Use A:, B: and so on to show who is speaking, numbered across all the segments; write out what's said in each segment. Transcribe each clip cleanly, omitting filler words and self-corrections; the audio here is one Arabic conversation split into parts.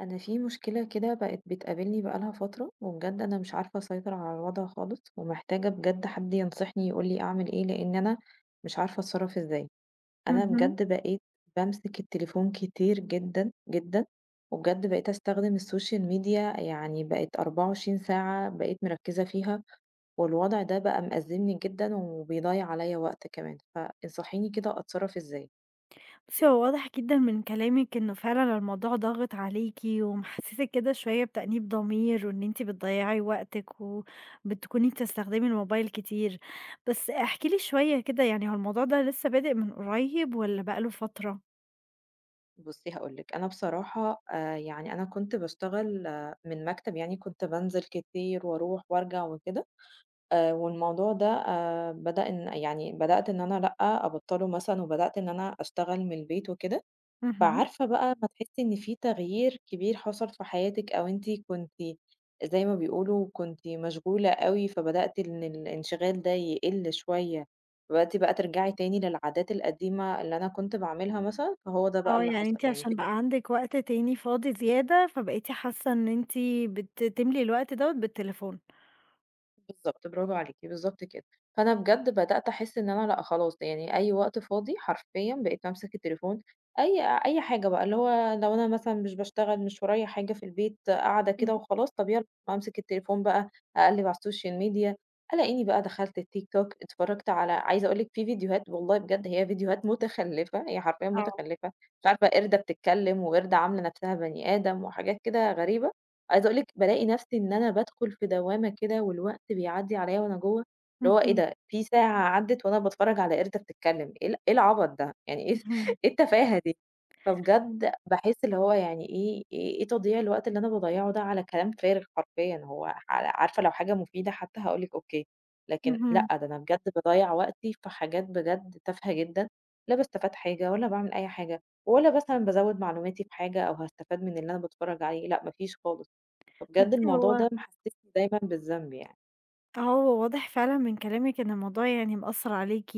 A: أنا في مشكلة كده بقت بتقابلني بقالها فترة وبجد أنا مش عارفة أسيطر على الوضع خالص ومحتاجة بجد حد ينصحني يقولي أعمل إيه لأن أنا مش عارفة أتصرف إزاي. أنا
B: اهم.
A: بجد بقيت بمسك التليفون كتير جدا جدا، وبجد بقيت أستخدم السوشيال ميديا، يعني بقت 24 ساعة بقيت مركزة فيها، والوضع ده بقى مأزمني جدا وبيضيع عليا وقت كمان، فانصحيني كده أتصرف إزاي.
B: بُصّي، هو واضح جدًا من كلامِك إنه فعلًا الموضوع ضاغط عليكِ ومحسّسِك كده شوية بتأنيب ضمير وإن أنتِ بتضيّعي وقتِك وبتكوني بتستخدمي الموبايل كتير. بس احكي لي شوية كده، يعني هو الموضوع ده لسه بادئ من قريب والّا بقى له فترة؟
A: بُصّي هاقول لِك، أنا بصراحة يعني أنا كنت باشتغل من مكتب، يعني كنت بانزل كتير وأروح وأرجع وكده، والموضوع ده بدأت إن أنا لأ، أبطّله مثلًا وبدأت إن أنا أشتغل من البيت وكده،
B: اهم.
A: فعارفة بقى أمّا تحسّي إن في تغيير كبير حصل في حياتِك أو أنتِ كنتِ زي ما بيقولوا كنتِ مشغولة أوي، فبدأت إن الانشغال ده يقِل شوية، بدأتِ بقى ترجعي تاني للعادات القديمة اللي أنا كنت باعملها مثلًا، فهو ده بقى
B: آه،
A: اللي
B: يعني
A: حصل،
B: أنتِ
A: يعني
B: عشان
A: فكرة
B: بقى
A: إن أنا
B: عندِك وقت تاني فاضي زيادة، فبقيتِ حاسة إن أنتِ بتملي الوقت دوّة بالتليفون.
A: بالضبط، برافو عليكِ، بالضبط كده. فأنا بجد بدأت أحس إن أنا لأ خلاص، يعني أي وقت فاضي حرفيًا بقيت بامسك التليفون، أي حاجة بقى، اللي هو لو أنا مثلًا مش باشتغل، مش ورايا حاجة في البيت، قاعدة كده وخلاص، طب يالّا أمسك التليفون بقى، أقلِّب على السوشيال ميديا، ألاقيني بقى دخلت التيك توك، اتفرّجت على عايزة أقول لِك في فيديوهات والله بجد هي فيديوهات متخلِّفة، هي حرفيًا
B: آه.
A: متخلِّفة، مش عارفة قِردة بتتكلّم وقِردة عاملة نَفْسها بني آدم وحاجات كده غريبة، عايزة أقول لِك بالاقي نفسي إن أنا بادخل في دوّامة كده والوقت بيعدّي عليَّ وأنا جوّه، اللي هو إيه
B: اهم،
A: ده! في ساعة عدّت وأنا باتفرّج على قِردة بتتكلّم، إيه العبط ده! يعني إيه
B: اهم،
A: إيه التفاهة دي! فبجد باحس اللي هو يعني إيه تضييع الوقت اللي أنا باضيّعه ده على كلام فارغ حرفيًا، هو عارفة لو حاجة مفيدة حتى هاقول لِك أوكي، لكن لأ،
B: اهم.
A: ده أنا بجد باضيّع وقتي في حاجات بجد تافهة جدًا، لا باستفاد حاجة ولا باعمل أي حاجة، ولا مثلًا بازوّد معلوماتي في حاجة أو هاستفاد من اللي أنا باتفرّج عليه، لأ ما فيش خالص. فبجد
B: بُصّي،
A: الموضوع
B: هو
A: ده محسسني دايمًا بالذنب يعني.
B: آه، هو واضح فعلًا من كلامِك إن الموضوع يعني مأثّر عليكِ،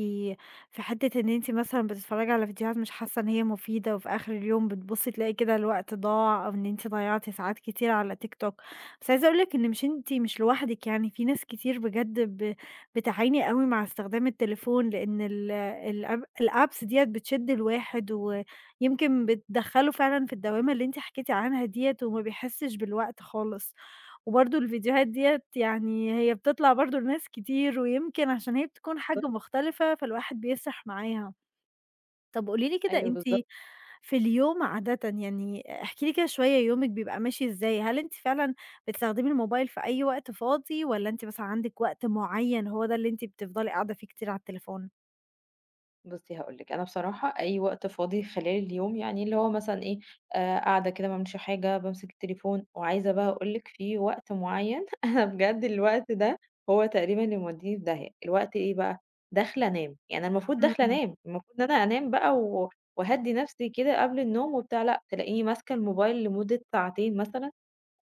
B: في حتّة إن أنتِ مثلًا بتتفرّجي على فيديوهات مش حاسّة إن هي مفيدة، وفي آخر اليوم بتبُصّي تلاقي كده الوقت ضاع، أو إن أنتِ ضيّعتِ ساعات كتيرة على تيك توك. بس عايزة أقول لِك إن مش أنتِ مش لوحدِك يعني، في ناس كتير بجد بتعاني أوي مع استخدام التليفون، لإن ال الأب الapps ديّة بتشِد الواحد، ويمكن بتدخّله فعلًا في الدوّامة اللي أنتِ حكيتِ عنها ديّة، وما بيحسّش بالوقت خالص. وبرضه الفيديوهات ديّة يعني هي بتطلع برضه لناس كتير، ويمكن عشان هي بتكون حاجة
A: بالضبط،
B: مختلفة، فالواحد بيسرح معاها. طب قولي لي كده
A: أيوه
B: أنتِ
A: بالضبط.
B: في اليوم عادةً يعني احكي لي كده شوية يومِك بيبقى ماشي إزاي؟ هل أنتِ فعلًا بتستخدمي الموبايل في أي وقت فاضي، والّا أنتِ مثلًا عندِك وقت معيّن هو ده اللي أنتِ بتفضلي قاعدة فيه كتير على التليفون؟
A: بُصّي هاقول لِك، أنا بصراحة أي وقت فاضي خلال اليوم يعني اللي هو مثلًا إيه، قاعدة كده ما باعملش حاجة، بامسك التليفون، وعايزة بقى أقول لِك في وقت معيّن أنا بجد الوقت ده هو تقريبًا اللي مودّيني في داهية، الوقت إيه بقى، داخلة أنام، يعني أنا المفروض داخلة
B: إمم.
A: أنام، المفروض إن أنا أنام بقى و وأهدّي نفسي كده قبل النوم وبتاع، لأ تلاقيني ماسكة الموبايل لمدة ساعتين مثلًا.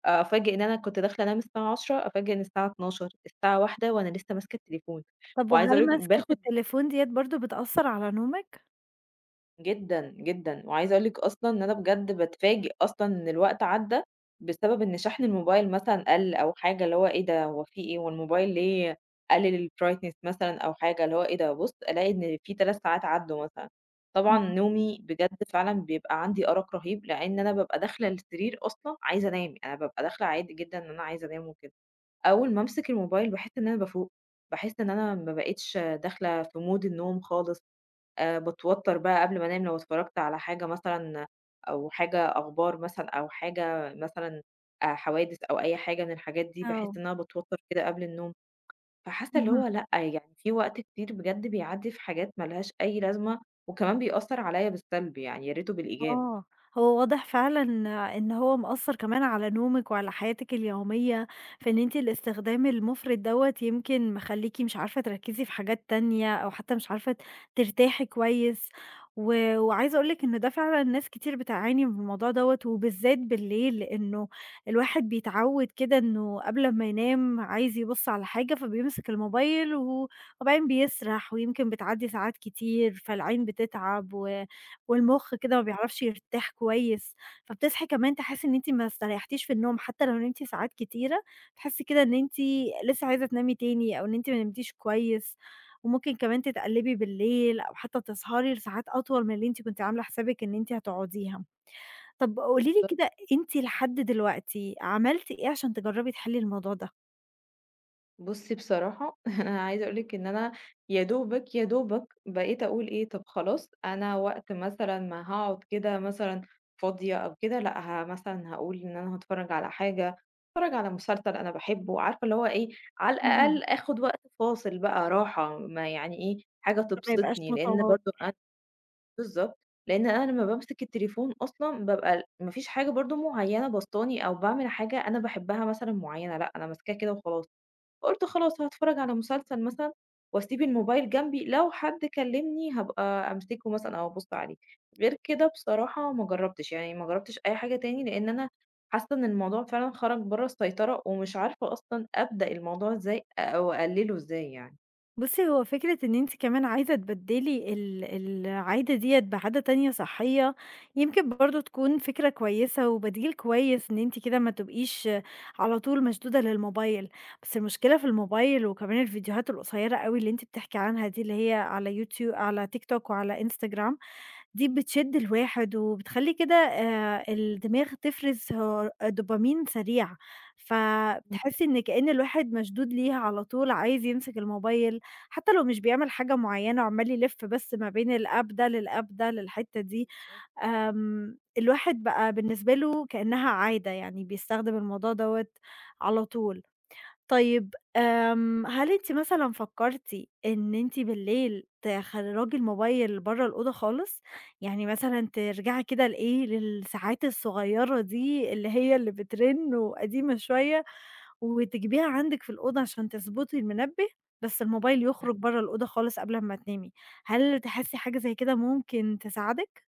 A: آه، أفاجئ إن أنا كنت داخلة أنام الساعة 22:00، أفاجئ إن الساعة 00:00، الساعة 01:00 وأنا لسه ماسكة التليفون،
B: طب
A: وعايزة أقول
B: وهل
A: لِك
B: مسكة
A: باخد
B: التليفون ديّة برضه بتأثّر على نومِك؟
A: جدًا، جدًا، وعايزة أقول لِك أصلًا إن أنا بجد باتفاجئ أصلًا إن الوقت عدّى بسبب إن شحن الموبايل مثلًا قَل أو حاجة، اللي هو إيه ده، هو في إيه، هو الموبايل ليه قلل الbrightness مثلًا أو حاجة، اللي هو إيه ده، أبُص ألاقي إن في 3 ساعات عدّوا مثلًا. طبعًا
B: إمم.
A: نومي بجد فعلًا بيبقى عندي أرق رهيب، لإن أنا بابقى داخلة السرير أصلًا عايزة أنام، يعني أنا بابقى داخلة عادي جدًا إن أنا عايزة أنام وكده. أول ما أمسك الموبايل باحس إن أنا بافوق، باحس إن أنا ما بقيتش داخلة في مود النوم خالص، باتوتر بقى قبل ما أنام لو اتفرجت على حاجة مثلًا أو حاجة أخبار مثلًا أو حاجة مثلًا حوادث أو أي حاجة من الحاجات دي،
B: آه.
A: باحس إن أنا باتوتر كده قبل النوم، فحاسة اللي هو لأ، يعني في وقت كتير بجد بيعدي في حاجات ما لهاش أي لازمة، وكمان بيأثر عليَّ بالسلب يعني، يا ريته بالإيجاب.
B: آه، هو واضح فعلًا إن هو مأثّر كمان على نومِك وعلى حياتِك اليومية، في إن أنتِ الاستخدام المفرط دوّة يمكن مخلّيكِ مش عارفة تركّزي في حاجات تانية، أو حتى مش عارفة ترتاحي كويس، وعايزة أقول لِك إن ده فعلًا ناس كتير بتعاني من الموضوع دوّة، وبالذات بالليل، لإنه الواحد بيتعوّد كده إنه قبل ما ينام عايز يبُص على حاجة، فبيمسك الموبايل وبعدين بيسرح، ويمكن بتعدّي ساعات كتير، فالعين بتتعب والمُخ كده ما بيعرفش يرتاح كويس، فبتصحي كمان تحسّي إن أنتِ ما استريحتيش في النوم، حتى لو نمتِ ساعات كتيرة، تحسّي كده إن أنتِ لسه عايزة تنامي تاني أو إن أنتِ ما نمتيش كويس، وممكن كمان تتقلّبي بالليل أو حتى تسهري لساعات أطول من اللي أنتِ كنتِ عاملة حسابِك إن أنتِ هتقعديها. طَب قولي لي
A: بالضبط.
B: كده أنتِ لحد دلوقتي عملتِ إيه عشان تجرّبي تحلّي الموضوع ده؟
A: بُصّي بصراحة أنا عايزة أقول لِك إن أنا يا دوبك بقيت أقول إيه، طب خلاص أنا وقت مثلًا ما هاقعد كده مثلًا فاضية أو كده، لأ مثلًا هاقول إن أنا هاتفرّج على حاجة، هاتفرّج على مسلسل أنا باحبه، عارفة اللي هو إيه، على
B: اهم.
A: الأقل آخُد وقت فاصل بقى راحة، ما يعني إيه، حاجة
B: ما يبقاش
A: تبسطني، لإن
B: متوا
A: برضه أنا بالضبط، لإن أنا لمّا بامسك التليفون أصلًا بابقى ما فيش حاجة برضه معيّنة باسطاني أو باعمل حاجة أنا باحبها مثلًا معيّنة، لأ أنا ماسكاه كده وخلاص. فقُلت خلاص هاتفرّج على مسلسل مثلًا واسيب الموبايل جنبي، لو حد كلّمني هابقى أمسكه مثلًا أو أبُص عليه، غير كده بصراحة ما جرّبتش، يعني ما جرّبتش أي حاجة تاني لإن أنا حاسّة إن الموضوع فعلًا خرج برّه السيطرة ومش عارفة أصلًا أبدأ الموضوع إزاي أو أقلّله إزاي يعني.
B: بُصّي، هو فكرة إن أنتِ كمان عايزة تبدّلي العادة ديّة بعادة تانية صحّية، يمكن برضه تكون فكرة كويسة وبديل كويس إن أنتِ كده ما تبقيش على طول مشدودة للموبايل، بس المشكلة في الموبايل وكمان الفيديوهات القصيّرة أوي اللي أنتِ بتحكي عنها دي اللي هي على يوتيو على تيك توك وعلى Instagram دي بتشد الواحد وبتخلّي كده الدماغ تفرز دوبامين سريع،
A: إمم،
B: فبتحسّي إن كإن الواحد مشدود ليها على طول عايز يمسك الموبايل، حتى لو مش بيعمل حاجة معيّنة وعمّال يلِف بس ما بين الApp ده للApp ده للحتّة دي،
A: بالضبط.
B: الواحد بقى بالنسبة له كإنّها عادة، يعني بيستخدم الموضوع دوّة على طول. طيب هل أنتِ مثلًا فكّرتِ إن أنتِ بالليل تخرّجي الموبايل برّه الأوضة خالص؟ يعني مثلًا ترجعي كده لإيه، للساعات الصغيّرة دي اللي هي اللي بترن وقديمة شوية وتجيبيها عندِك في الأوضة عشان تضبطي المنبه، بس الموبايل
A: إمم.
B: يخرج برّه الأوضة خالص قبل أمّا تنامي، هل تحسّي حاجة زي كده ممكن تساعدِك؟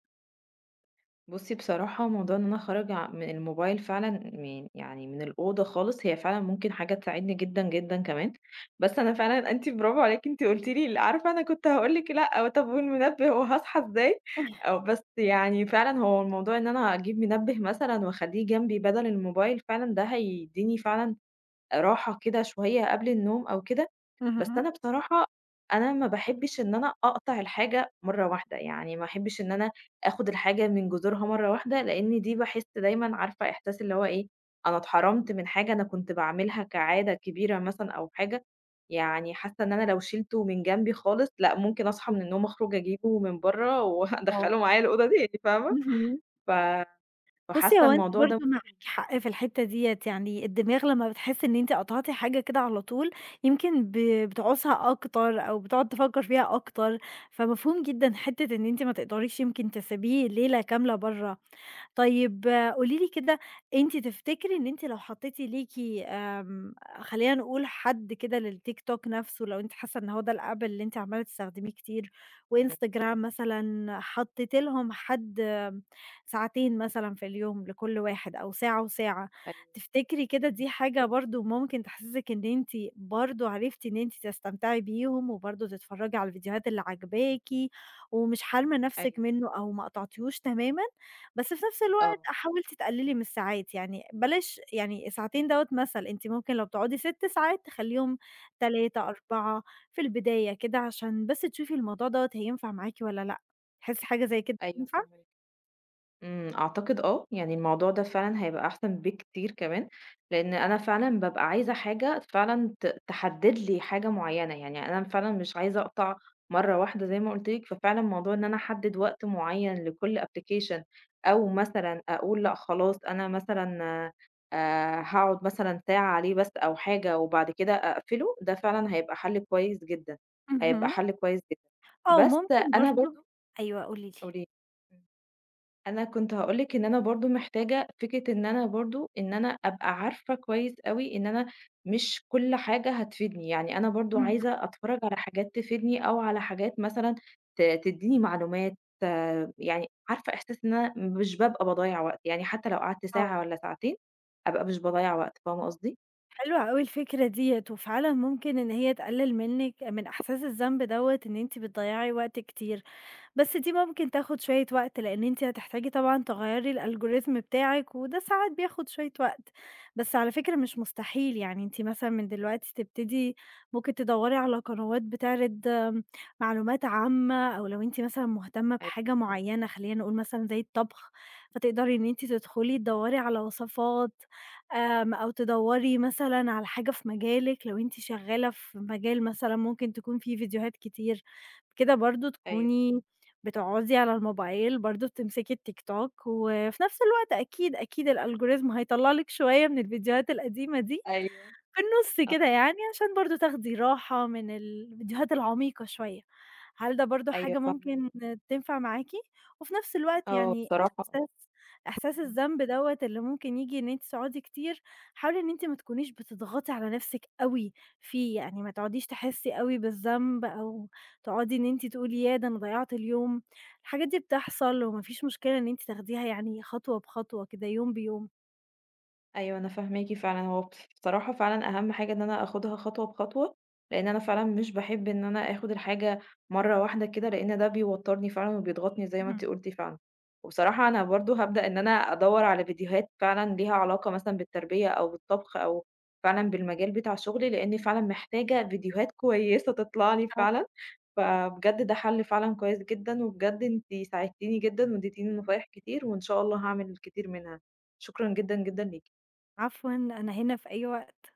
A: بُصّي بصراحة موضوع إن أنا أخرّج من الموبايل فعلًا من يعني من الأوضة خالص، هي فعلًا ممكن حاجة تساعدني جدًا، جدًا كمان، بس أنا فعلًا أنتِ برافو عليكِ، أنتِ قُلتِ لي عارفة أنا كنت هاقول لِك لأ، أو طَب والمنبه وهاصحى إزاي؟ أو بس يعني فعلًا هو الموضوع إن أنا أجيب منبه مثلًا وأخلّيه جنبي بدل الموبايل فعلًا ده هيدّيني فعلًا راحة كده شوية قبل النوم أو كده، بس
B: اهم.
A: أنا بصراحة أنا ما باحبش إن أنا أقطع الحاجة مرّة واحدة، يعني ما احبش إن أنا آخُد الحاجة من جذورها مرّة واحدة، لإن دي باحس دايمًا عارفة إحساس اللي هو إيه، أنا اتحرمت من حاجة أنا كنت باعملها كعادة كبيرة مثلًا أو حاجة، يعني حاسة إن أنا لو شِلته من جنبي خالص لأ، ممكن أصحى من النوم أخرج أجيبه من برّه
B: آه.
A: وأدخّله معايا الأوضة تاني، فاهمة؟
B: اهم.
A: ف
B: بُصّي،
A: فحاسة
B: هو أنتِ
A: الموضوع
B: برضه
A: ده
B: معاكِ حق في الحتّة ديّة، يعني الدماغ لمّا بتحس إن أنتِ قطعتِ حاجة كده على طول، يمكن بتعوزها أكتر أو بتقعد تفكّر فيها أكتر، فمفهوم جدًا حتّة إن أنتِ ما تقدريش يمكن تسيبيه ليلة كاملة برّه طيب قولي لي كده أنتِ تفتكري إن أنتِ لو حطيتِ ليكِ آمم، خلّينا نقول حد كده للتيك توك نفسه، لو أنتِ حاسة إن هو ده الapp اللي أنتِ عمالة تستخدميه كتير،
A: إمم،
B: وإنستجرام مثلًا، حطيتِ لهم حد ساعتين مثلًا في اليوم لكل واحد أو ساعة وساعة،
A: أيوه،
B: تفتكري كده دي
A: إمم،
B: حاجة برضه ممكن تحسسِك إن أنتِ برضه عرفتِ إن أنتِ تستمتعي بيهم، وبرضه تتفرجي على الفيديوهات اللي عاجباكِ، ومش حارمة نفسِك
A: أيوه،
B: منه أو ما قطعتيهوش تمامًا؟ بس في نفس الوقت
A: آه،
B: حاولتِ تقللي من الساعات، يعني بلاش يعني ساعتين دوّة مثل، أنتِ ممكن لو بتقعدي 6 ساعات تخلّيهم
A: إمم،
B: 3، 4 في البداية كده، عشان بس تشوفي الموضوع دوّة هينفع معاكِ والّا لأ، تحسّي حاجة زي كده
A: أيوه
B: تنفع؟
A: فاهماكِ. إمم، أعتقد آه، يعني الموضوع ده فعلًا هيبقى أحسن بكتير كمان، لإن أنا فعلًا بابقى عايزة حاجة فعلًا تحدد لي حاجة معيّنة، يعني أنا فعلًا مش عايزة أقطع مرّة واحدة زي ما قُلت لِك، ففعلًا موضوع إن أنا أحدد وقت معيّن لكل application أو مثلًا أقول لأ خلاص أنا مثلًا هاقعد مثلًا ساعة عليه بس أو حاجة وبعد كده أقفله، ده فعلًا هيبقى حَل كويس جدًا، هيبقى
B: اهم.
A: حَل كويس جدًا.
B: آه،
A: بس
B: وممكن
A: أنا
B: برضه
A: برضه
B: أيوه قولي لي.
A: قولي لي. إمم. أنا كنت هاقول لِك إن أنا برضه محتاجة فكرة إن أنا برضه إن أنا أبقى عارفة كويس أوي إن أنا مش كل حاجة هتفيدني، يعني أنا برضه
B: اهم.
A: عايزة أتفرّج على حاجات تفيدني أو على حاجات مثلًا تدّيني معلومات، آه، يعني عارفة إحساس إن أنا مش بابقى باضيّع وقت، يعني حتى لو قعدت
B: آه،
A: ساعة والّا ساعتين أبقى مش باضيّع وقت، فاهمة قصدي؟
B: حلوة أوي الفكرة ديّة، وفعلًا ممكن إن هي تقلل منِّك من إحساس الذنب دوّة إن أنتِ بتضيّعي وقت كتير. بس دي ممكن تاخد شوية وقت لأن انتِ هتحتاجي طبعًا تغيّري الalgorithm بتاعِك، وده ساعات بياخد شوية وقت، بس على فكرة مش مستحيل، يعني أنتِ مثلًا من دلوقتي تبتدي ممكن تدوّري على قنوات بتعرض معلومات عامة، أو لو أنتِ مثلًا مهتمة
A: أيوه،
B: بحاجة معيّنة خلّينا نقول مثلًا زي الطبخ، فتقدري إن أنتِ تدخلي تدوّري على وصفات، أو تدوّري مثلًا على حاجة في مجالِك، لو أنتِ شغالة في مجال مثلًا ممكن تكون فيه فيديوهات كتير، كده برضه
A: أيوه،
B: تكوني بتقعدي على الموبايل برضه بتمسكي التيك توك، وفي نفس الوقت أكيد، أكيد الalgorithm هيطلّع لِك شوية من الفيديوهات القديمة دي،
A: أيوه،
B: في النُص كده
A: آه،
B: يعني عشان برضه تاخدي راحة من الفيديوهات العميقة شوية، هل ده برضه
A: أيوه
B: حاجة
A: فاهماكِ،
B: ممكن تنفع معاكِ؟ وفي نفس الوقت
A: آه
B: يعني
A: بصراحة آه.
B: إحساس إحساس
A: إمم،
B: الذنب دوّة اللي ممكن ييجي إن أنتِ تقعدي كتير، حاولي إن أنتِ ما تكونيش بتضغطي على نفسِك أوي فيه، يعني ما تقعديش تحسي أوي بالذنب أو تقعدي إن أنتِ تقولي ياه! ده أنا ضيّعت اليوم، الحاجات دي بتحصل
A: إمم.
B: وما فيش مشكلة إن أنتِ تاخديها يعني خطوة بخطوة كده، يوم بيوم.
A: أيوه أنا فاهماكِ فعلًا، هو بص بصراحة فعلًا أهم حاجة إن أنا آخُدها خطوة بخطوة، لإن أنا فعلًا مش باحب إن أنا آخُد الحاجة مرّة واحدة كده، لإن ده بيوتّرني فعلًا وبيضغطني زي ما
B: اهم.
A: أنتِ قُلتِ فعلًا. وبصراحة أنا برضه هابدأ إن أنا أدوّر على فيديوهات فعلًا ليها علاقة مثلًا بالتربية أو بالطبخ أو فعلًا بالمجال بتاع شُغلي، لإني فعلًا محتاجة فيديوهات كويسة تطلع لي فعلًا، فبجد ده حَل فعلًا كويس جدًا، وبجد أنتِ ساعدتيني جدًا وادّيتيني نصايح كتير، وإن شاء الله هاعمل الكتير منها. شكرًا جدًا، جدًا ليكِ.
B: عفوًا، أنا هنا في أي وقت.